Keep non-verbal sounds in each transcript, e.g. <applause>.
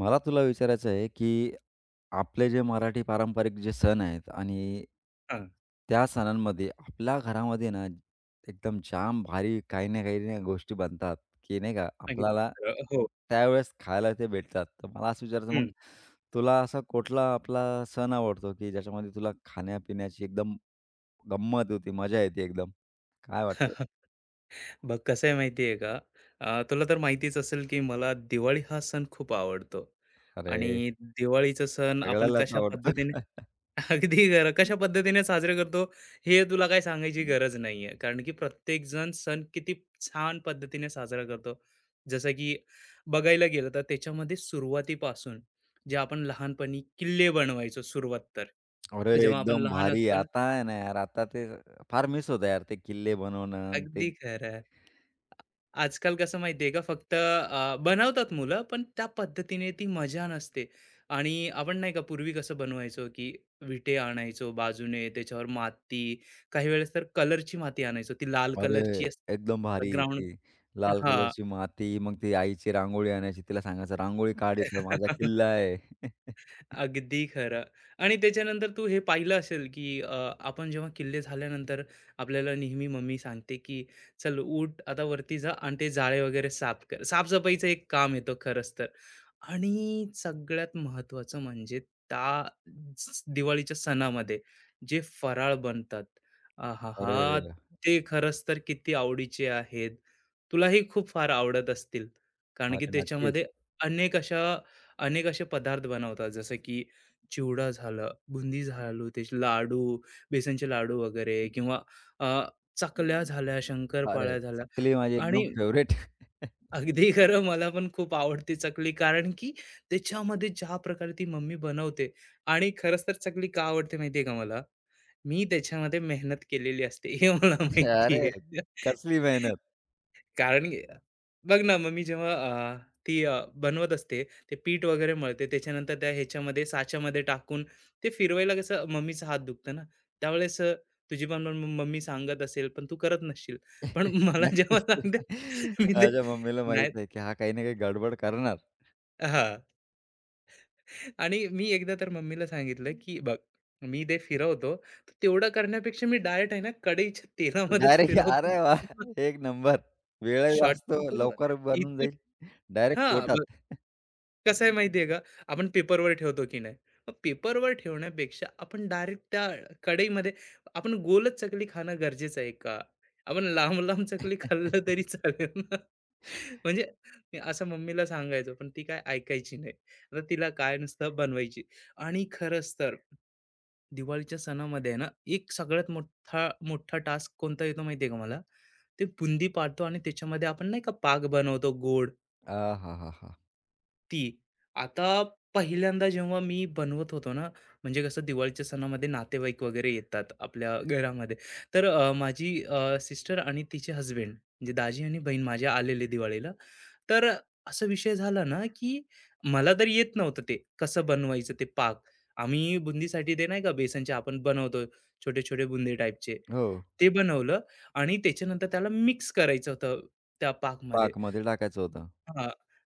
मला तुला विचारायचं आहे, की आपले जे मराठी पारंपरिक जे सण आहेत आणि हां, त्या सणांमध्ये आपल्या घरामध्ये ना, एकदम जाम भारी काही ना काही ना गोष्टी बनतात, की नाही का आपल्याला सांगितलं खरं. हो. त्यावेळेस खायला ते भेटतात. तर मला असं विचारायचं मग हं. तुला असा कुठला आपला सण आवडतो, की ज्याच्यामध्ये तुला खाण्यापिण्याची एकदम गंमत होती, मजा येते एकदम? काय वाटतं? <laughs> बघ कसं आहे माहिती आहे का, तुला तर माहितीच असेल, की मला दिवाळी हा सण खूप आवडतो. अरे, आणि दिवाळीचा सण आपण सगळ्यालाच कशा आवडतं. पद्धतीने <laughs> <laughs> अगदी खरं. कशा पद्धतीने साजरे करतो, हे तुला काही सांगायची गरज नाहीये. कारण की प्रत्येकजण सण किती छान पद्धतीने साजरा करतो. जसं की बघायला गेलं तर त्याच्यामध्ये सुरुवातीपासून जे आपण लहानपणी किल्ले बनवायचो सुरुवात तर. अरे, जेव्हा आपण एकदम लहान भारी. असतो ना आता आहे ना यार, आता ते फार मिस होतं यार, ते किल्ले बनवणं अन् ते अगदी खरं. आजकाल कसं माहिती का फक्त बनवतात मुलं, पण त्या पद्धतीने ती मजा नसते. आणि आपण नाही का पूर्वी कसं बनवायचो, की विटे आणायचो बाजूने, त्याच्यावर माती, काही वेळेस तर कलरची माती आणायचो. ती लाल अरे, कलरची एकदम असते भारी ग्राउंड ती लाल हां. कलरची माती, मग ती आईची रांगोळी आणायची, तिला सांगायचं, "रांगोळी काढ इथं, माझा <laughs> किल्ला आहे." <laughs> अगदी खरं. आणि त्याच्यानंतर तू हे पाहिलं असेल, की आपण जेव्हा किल्ले झाल्यानंतर आपल्याला नेहमी मम्मी सांगते, की "चल उठ, आता वरती जा आणि ते जाळे वगैरे साफ कर." साफसफाईचं एक काम येतं खरंच तर. आणि सगळ्यात महत्त्वाचं म्हणजे त्या दिवाळीच्या सणामध्ये जे फराळ बनतात अरे रे! आहाहा ते खरंच तर किती आवडीचे आहेत तुलाही खूप फार आवडत असतील कारण की अरे, नक्कीच. त्याच्यामध्ये अनेक अशा अनेक असे पदार्थ बनवतात जसं की चिवडा झालं बुंदी झालू ते लाडू बेसनचे लाडू वगैरे किंवा अ, चकल्या झाल्या अरे, शंकरपाळ्या झाल्या चकली माझी आणि एकदम फेव्हरेट. अगदी खरं मला पण खूप आवडते चकली कारण की त्याच्यामध्ये ज्या प्रकारे ती मम्मी बनवते आणि खरंच तर चकली का आवडते माहितीये का मला? मी त्याच्यामध्ये मेहनत केलेली असते हे मला <laughs> <laughs> माहिती अरे, आहे. कसली मेहनत. कारण की बघ ना मम्मी जेव्हा ती बनवत असते ते पीठ वगैरे मळते त्याच्यानंतर त्या ह्याच्यामध्ये साच्यामध्ये टाकून ते फिरवायला कसं मम्मीचा हात दुखतो ना त्यावेळेस तुझी पण मम्मी सांगत असेल पण तू करत नसशील. पण <laughs> मला <laughs> जेव्हा नक्कीच. सांगते मी ते माझ्या मम्मीला नाही माहीत आहे, की हा काही ना काही गडबड करणार. हां. आणि मी एकदा तर मम्मीला सांगितलं, की "बघ, मी ते फिरवतो, तर तेवढं करण्यापेक्षा मी डायट आहे ना, कढईच्या तेलामध्येच डायरेक्ट फिरवतो." अरे वाह! <laughs> एक नंबर. वेळही वाचतो, शॉर्टकट करून लवकर बनून इथून जाईल. डायरेक्ट हां. पोटात. कसं आहे माहिती आहे का? आपण पेपरवर ठेवतो की नाही. मग पेपरवर ठेवण्यापेक्षा आपण डायरेक्ट त्या कढईमध्ये आपण गोलच चकली खाणं गरजेचं आहे का? आपण लांब-लांब चकली खाल्लं <laughs> तरी चालेल ना. <laughs> म्हणजे मी असं मम्मीला सांगायचो, पण ती काय ऐकायची नाही. आता तिला काय नुसतं बनवायची. आणि खरंच तर दिवाळीच्या सणामध्ये आहे ना, एक सगळ्यात मोठा मोठा टास्क कोणता येतो माहिती का मला? ते बुंदी पाडतो आणि त्याच्यामध्ये आपण नाही का पाक बनवतो गोड. आहाहाहा! ती आता पहिल्यांदा जेव्हा मी बनवत होतो ना, म्हणजे कसं दिवाळीच्या सणामध्ये नातेवाईक वगैरे येतात आपल्या घरामध्ये. तर माझी सिस्टर आणि तिचे हसबँड म्हणजे दाजी आणि बहीण माझ्या आलेले दिवाळीला. तर असा विषय झाला ना, की मला तर येत नव्हतं ते कसं बनवायचं ते पाक. आम्ही बुंदीसाठी ते नाही का बेसनचे आपण बनवतो छोटे-छोटे बुंदी टाईपचे, हो, ते बनवलं आणि त्याच्यानंतर त्याला मिक्स करायचं होतं त्या पाकमध्ये. पाकमध्ये टाकायचं होतं. हां,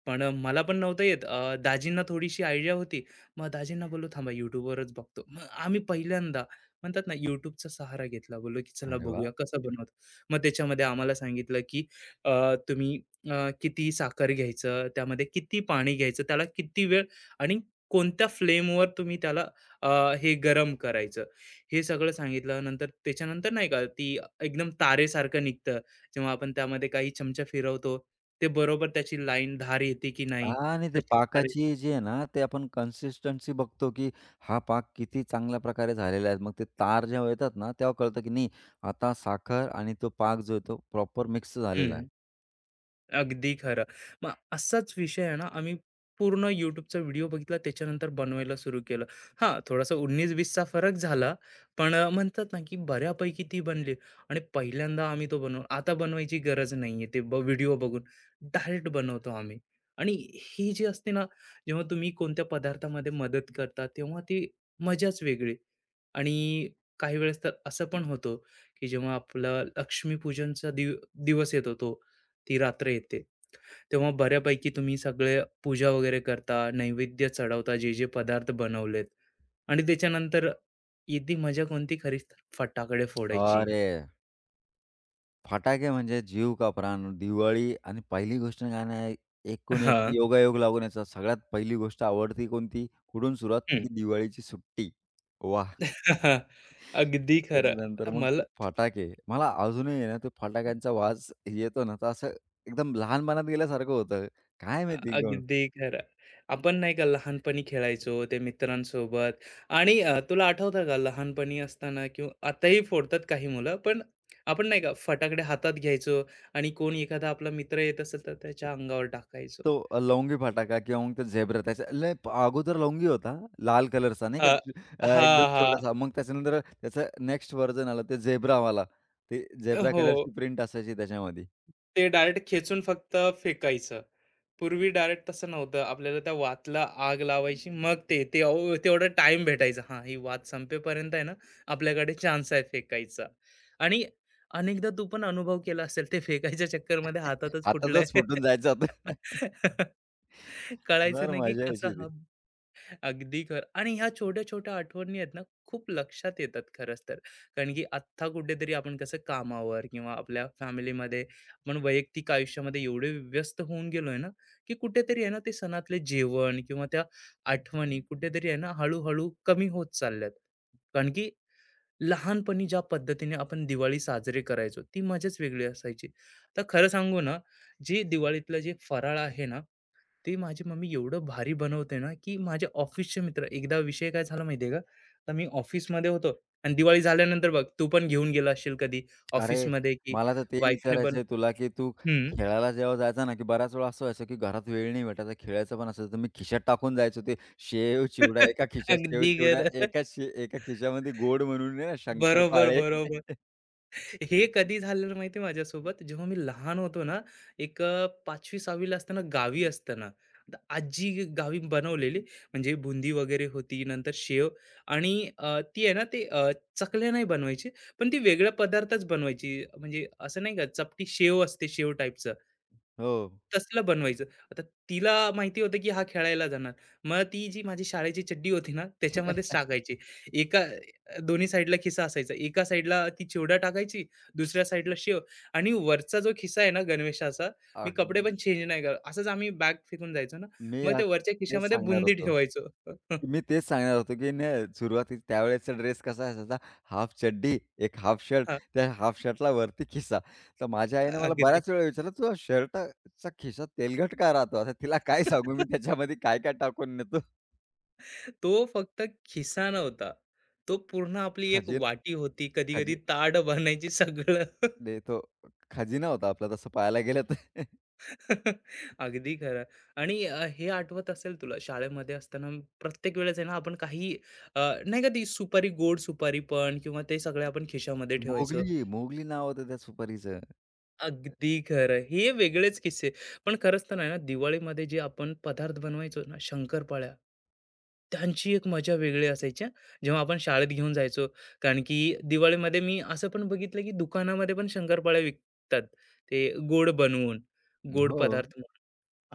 पण मला पण नव्हतं येत. दाजींना थोडीशी आयडिया होती. मग दाजींना बोललो, "थांबा YouTubeवरच बघतो." मग आम्ही पहिल्यांदा म्हणतात ना YouTubeचा सहारा घेतला. बोललो, की "चला अरे वाह! बघूया कसं बनवतात." मग त्याच्यामध्ये आम्हाला सांगितलं, की तुम्ही किती साखर घ्यायचं, त्यामध्ये किती पाणी घ्यायचं, त्याला किती वेळ आणि कोणत्या फ्लेमवर तुम्ही त्याला अ, हे गरम करायचं. हे सगळं सांगितलं. नंतर त्याच्यानंतर नाही का ती एकदम तारेसारखं निघतं. जेव्हा आपण त्यामध्ये काही चमचा फिरवतो ते बरोबर त्याची लाईन धार येते की नाही, हां आणि ते त्याची धार पाकाची जी आहे ना, ते आपण कन्सिस्टन्सी बघतो, की हा पाक किती चांगल्या प्रकारे झालेला आहे. मग ते तार जेव्हा येतात ना, तेव्हा कळतं की नाही आता साखर आणि तो पाक जो आहे तो प्रॉपर मिक्स झालेला आहे. हं. अगदी खरं. मग असाच विषय आहे ना, आम्ही पूर्ण YouTubeचा व्हिडिओ बघितला त्याच्यानंतर बनवायला सुरू केलं. हां, थोडासा 19-20 फरक झाला. पण म्हणतात ना, की बऱ्यापैकी ती बनली आणि पहिल्यांदा आम्ही तो बनवला. आता बनवायची गरज नाहीये ते व्हिडिओ बघून. डायरेक्ट बनवतो आम्ही. आणि ही जी असते ना, जेव्हा तुम्ही कोणत्या पदार्थामध्ये मदत करता, तेव्हा ती मजाच वेगळी. आणि काही वेळेस तर असं पण होतं, की जेव्हा आपला लक्ष्मीपूजनचा दिवस येतो तो ती रात्र येते. तेव्हा बऱ्यापैकी तुम्ही सगळे पूजा वगैरे करता, नैवेद्य चढवता, जे जे पदार्थ बनवलेत आणि त्याच्यानंतर इथे मजा कोणती खरीच तर फटाकडे फोडायची. अरे! फटाके म्हणजे जीव का प्राण. दिवाळी आणि पहिली गोष्ट काय नाही, एकूण एक हां. योगायोग लागून याचा सगळ्यात पहिली गोष्ट आवडती कोणती? कुठून सुरुवात? हं. की दिवाळीची सुट्टी. वाह! <laughs> अगदी खरं. त्याच्यानंतर आता मग ते मला फटाके. मला अजूनही आहे ना ते फटाक्यांचा वाज येतो ना, तर असं एकदम लहानपणात गेल्यासारखं होतं. काय माहिती कोण? अगदी खरं. आपण नाही का लहानपणी खेळायचो ते मित्रांसोबत आणि तुला आठवतं का लहानपणी असताना किंवा आताही फोडतात काही मुलं, पण आपण नाही का फटाकडे हातात घ्यायचो आणि कोण एखादा आपला मित्र येत असेल तर त्याच्या अंगावर टाकायचो. तो लवंगी फटाका किंवा मग तो झेब्रा त्याच्या लय प- अगोदर लवंगी होता, लाल कलरचा नाही का हां. ज- एकदम हां, हां. छोटासा. मग त्याच्यानंतर त्याचं नेक्स्ट व्हर्जन आलं ते झेब्रावाला. ते झेब्रा हो. कलरची प्रिंट असायची त्याच्यामध्ये. ते डायरेक्ट खेचून फक्त फेकायचं. पूर्वी डायरेक्ट तसं नव्हतं. आपल्याला त्या वातला आग लावायची. मग ते ते अहो, तेवढा टाईम भेटायचा. हां, ही वात संपेपर्यंत आहे ना, आपल्याकडे चान्स आहे फेकायचा. आणि अनेकदा तू पण अनुभव केला असेल ते फेकायच्या चक्करमध्ये हातातच फुटलंय. हातातच फुटून जायचं होतं. <laughs> कळायचं फार नाही की मजा कसा यायची ती. हा अगदी खरं. आणि ह्या छोट्या-छोट्या आठवणी आहेत ना, खूप लक्षात येतात खरंच तर. कारण की आत्ता कुठेतरी आपण कसं कामावर किंवा आपल्या फॅमिलीमध्ये आपण वैयक्तिक आयुष्यामध्ये एवढे व्यस्त होऊन गेलोय ना, की कुठेतरी आहे ना, ते सणातले जेवण किंवा त्या आठवणी कुठेतरी आहे ना, हळू कमी होत चालल्यात. कारण की लहानपणी ज्या पद्धतीने आपण दिवाळी साजरी करायचो, ती मजाच वेगळी असायची. तर खरं सांगू ना, जे दिवाळीतलं जे फराळ आहे ना ते माझी मम्मी एवढं भारी बनवते ना, की माझ्या ऑफिसचे मित्र एकदा विषय काय झाला माहिती आहे का? तर मी ऑफिसमध्ये होतो आणि दिवाळी झाल्यानंतर बघ, तू पण घेऊन गेला असशील कधी अरे, ऑफिसमध्ये, की मला तर ते वाईफने बन विचारायचं तुला, की तू हं. खेळायला जेव्हा जायचा ना, की बऱ्याच वेळा असं व्हायचं, की घरात वेळ नाही भेटायचा, खेळायचं पण असायचं, तर मी खिशात टाकून जायचो ते शेव, चिवडा एका <laughs> खिशात शेव, अगदी चिवडा खरं. एका खिशामध्ये गोड म्हणून आहे ना बरोबर, शंकरपाळे. बरोबर. हे कधी झालेलं माहिती आहे माझ्यासोबत जेव्हा मी लहान होतो ना एक 5वी 6वी ला असताना गावी असताना आता आजी गावी बनवलेली म्हणजे बुंदी वगैरे होती नंतर शेव आणि ती आहे ना ते चकल्या नाही बनवायची पण ती वेगळ्या पदार्थच बनवायची म्हणजे असं नाही का चपटी शेव असते शेव टाईपचं हो. तसलं बनवायचं आता तिला माहिती होतं की हा खेळायला जाणार मग ती जी माझी शाळेची चड्डी होती ना त्याच्यामध्येच टाकायची एका दोन्ही साईडला खिसा असायचा. एका साईडला ती चिवडा टाकायची, दुसऱ्या साईडला शेव आणि वरचा जो खिसा आहे ना गणवेशाचा, मी अग कपडे पण चेंज नाही करत. असंच आम्ही बॅग फेकून जायचो ना, मी मग त्या आज वरच्या तेच खिशामध्ये सांगणार बुंदी होतो. ठेवायचो. <laughs> मी तेच सांगणार होतो, की नाही सुरुवातीला त्यावेळेसचा ड्रेस कसा असायचा, हाफ चड्डी, एक हाफ शर्ट, हां, त्या हाफ शर्टला वरती खिसा. तर माझ्या आईनं मला अगदी. बऱ्याच वेळा विचारलं, "तुझा शर्टाचा खिसा तेलकट का राहतो?" आता तिला काय सांगू मी <laughs> त्याच्यामध्ये काय-काय टाकून नेतो. तो फक्त खिसा नव्हता. तो पूर्ण आपली एक खजिना वाटी होती, कधी-कधी खजी ताट बनायची सगळं. नेतो खजिना होता आपला तसं पाहायला गेलं तर. <laughs> अगदी खरं आणि हे आठवत असेल तुला शाळेमध्ये असताना प्रत्येक वेळेस आहे ना आपण काही अ, नाही का ती सुपारी गोड सुपारी पण किंवा ते सगळे आपण खिशामध्ये ठेवायचो मोगली, मोगली नाव होतं त्या सुपारीचं. अगदी खरं हे वेगळेच किस्से पण खरंच तर नाही ना दिवाळीमध्ये जे आपण पदार्थ बनवायचो ना शंकरपाळ्या त्यांची एक मजा वेगळी असायची हं. जेव्हा आपण शाळेत घेऊन जायचो कारण की दिवाळीमध्ये मी असं पण बघितलं की दुकानामध्ये पण शंकरपाळ्या विकतात ते गोड बनवून गोड हो. पदार्थ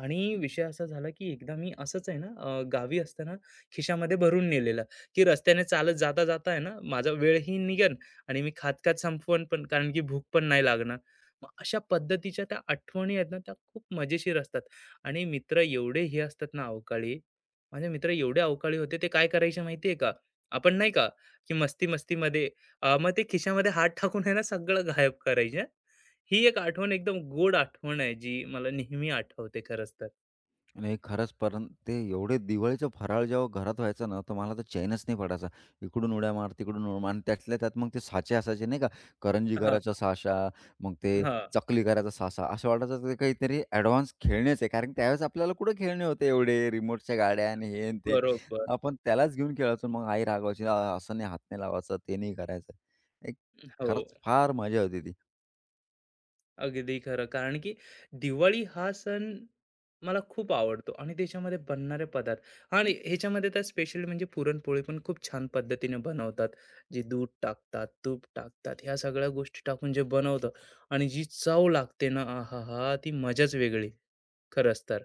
आणि विषय असा झाला, की एकदा मी असंच आहे ना, गावी असताना खिशामध्ये भरून नेलेलं, की रस्त्याने चालत जाता-जाता आहे ना, माझा वेळही निघेल आणि मी खात-खात संपवण पण, कारण की भूक पण नाही लागणार. मग अशा पद्धतीच्या त्या आठवणी आहेत ना, त्या खूप मजेशीर असतात आणि मित्र एवढे हे असतात ना अवकाळी, माझे मित्र एवढे अवकाळी होते, ते काय करायचे माहिती का? आपण नाही का, की मस्ती-मस्तीमध्ये मग ते खिशामध्ये हात टाकून आहे ना, सगळं गायब करायचे. ही एक आठवण एकदम गोड आठवण आहे, जी मला नेहमी आठवते खरंच तर. नाही खरंच, पण ते एवढे दिवाळीचं फराळ जेव्हा घरात व्हायचं ना, तर मला तर चैनच नाही पडायचा. इकडून उड्या मार, तिकडून उड्या मार आणि त्यातल्या त्यात मग ते साचे असायचे नाही का, करंजी हां, करायचा साचा, मग ते हां. चकली करायचा साचा. असं वाटायचं ते काहीतरी ॲडव्हान्स खेळणेच आहे. कारण त्यावेळेस आपल्याला कुठे खेळणे होते एवढे रिमोटच्या गाड्या आणि हे आणि ते. बरोबर. आपण त्यालाच घेऊन खेळायचो. मग आई रागवायची, "आ, "असं नाही, हात नाही लावायचं, ते नाही करायचं." एक हो, खरंच फार मजा होती ती. अगदी खरं. कारण की दिवाळी हा सण मला खूप आवडतो आणि त्याच्यामध्ये बनणारे पदार्थ आणि ह्याच्यामध्ये तर स्पेशली म्हणजे पुरणपोळी पण खूप छान पद्धतीने बनवतात. जे दूध टाकतात, तूप टाकतात, ह्या सगळ्या गोष्टी टाकून जे बनवतं आणि जी चव लागते ना, आहाहा! ती मजाच वेगळी खरंच तर.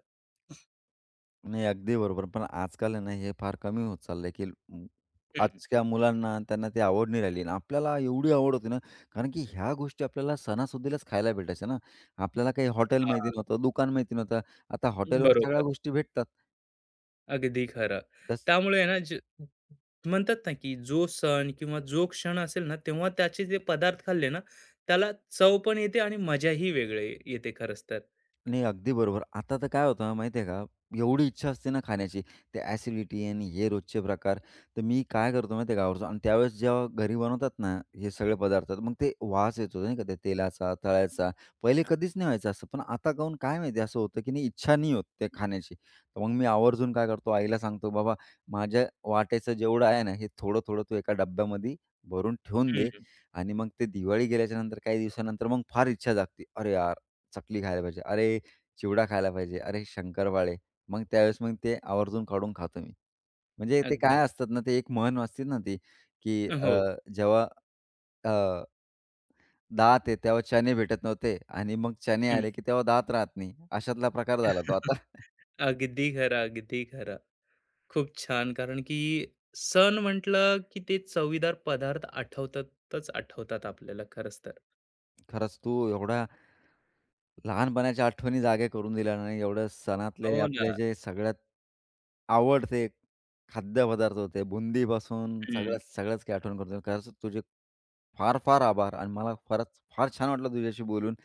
नाही, अगदी बरोबर. पण आजकाल आहे ना, हे फार कमी होत चाललंय, की अं, हं. आजच्या मुलांना त्यांना ती आवड नाही राहिली आणि आपल्याला एवढी आवड होती ना, कारण की ह्या गोष्टी आपल्याला सणासुदीलाच खायला भेटायच्या ना. आपल्याला काही हॉटेल माहिती हां, नव्हतं, दुकान माहिती नव्हतं. आता हॉटेलवर सगळ्या बरोबर. गोष्टी भेटतात. अगदी खरं. त्यामुळे आहे ना, म्हणतात ना, की जो सण किंवा जो क्षण असेल ना, तेव्हा त्याचे जे पदार्थ खाल्ले ना, त्याला चव पण येते आणि मजाही वेगळी येते खरंच तर. नाही, अगदी बरोबर. आता तर काय होतं माहिती आहे का, एवढी इच्छा असते ना खाण्याची, ते ॲसिडिटी आणि हे रोजचे प्रकार. तर मी काय करतो माहिती आहे का आवर्जून आणि त्यावेळेस जेव्हा घरी बनवतात ना हे सगळे पदार्थ, तर मग ते वास येतो नाही का त्या तेलाचा, तळ्याचा. पहिले कधीच नाही व्हायचं असं, पण आता काहून काय माहिती असं होतं, की नाही इच्छा नाही होत ते खाण्याची. तर मग मी आवर्जून काय करतो, आईला सांगतो, "बाबा, माझ्या वाट्याचं जेवढं आहे ना, हे थोडं-थोडं तू एका डब्यामध्ये भरून ठेवून हं, दे." आणि मग ते दिवाळी गेल्याच्यानंतर काही दिवसानंतर मग फार इच्छा जागते. "अरे यार! चकली खायला पाहिजे, अरे चिवडा खायला पाहिजे, अरे शंकरपाळे. मग त्यावेळेस मग ते आवर्जून काढून खातो मी. म्हणजे ते अगदी काय असतात ना, ते एक म्हण असते ना ती, की हो. जेव्हा अ, दात आहे तेव्हा चणे भेटत नव्हते आणि मग चणे हं. आले, की तेव्हा दात राहत नाही. अशातला प्रकार झाला तो <laughs> आता. अगदी खरं, अगदी खरं. खूप छान. कारण की सण म्हटलं, की ते चवीदार पदार्थ आठवतातच आठवतात आपल्याला खरंच तर. खरंच तू एवढा लहानपणाच्या आठवणी जागे करून दिल्या ना, एवढं सणातले हो आपले ना. जे सगळ्यात आवडते खाद्यपदार्थ होते, बुंदीपासून हं. सगळ्याच सगळ्याच काही आठवण करून दिल्या. खरंच तुझे फार फार आभार आणि मला खरंच फार छान वाटलं तुझ्याशी बोलून.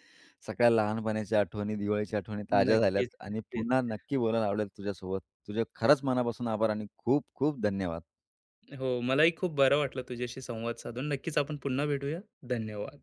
सगळ्या लहानपणाच्या आठवणी, दिवाळीच्या आठवणी ताज्या नक्कीच, झाल्यात आणि नक्कीच. पुन्हा नक्की बोलायला आवडेल तुझ्यासोबत. तुझे खरंच मनापासून आभार आणि खूप खूप धन्यवाद. हो, मलाही खूप बरं वाटलं तुझ्याशी संवाद साधून. नक्कीच आपण पुन्हा भेटूया. धन्यवाद.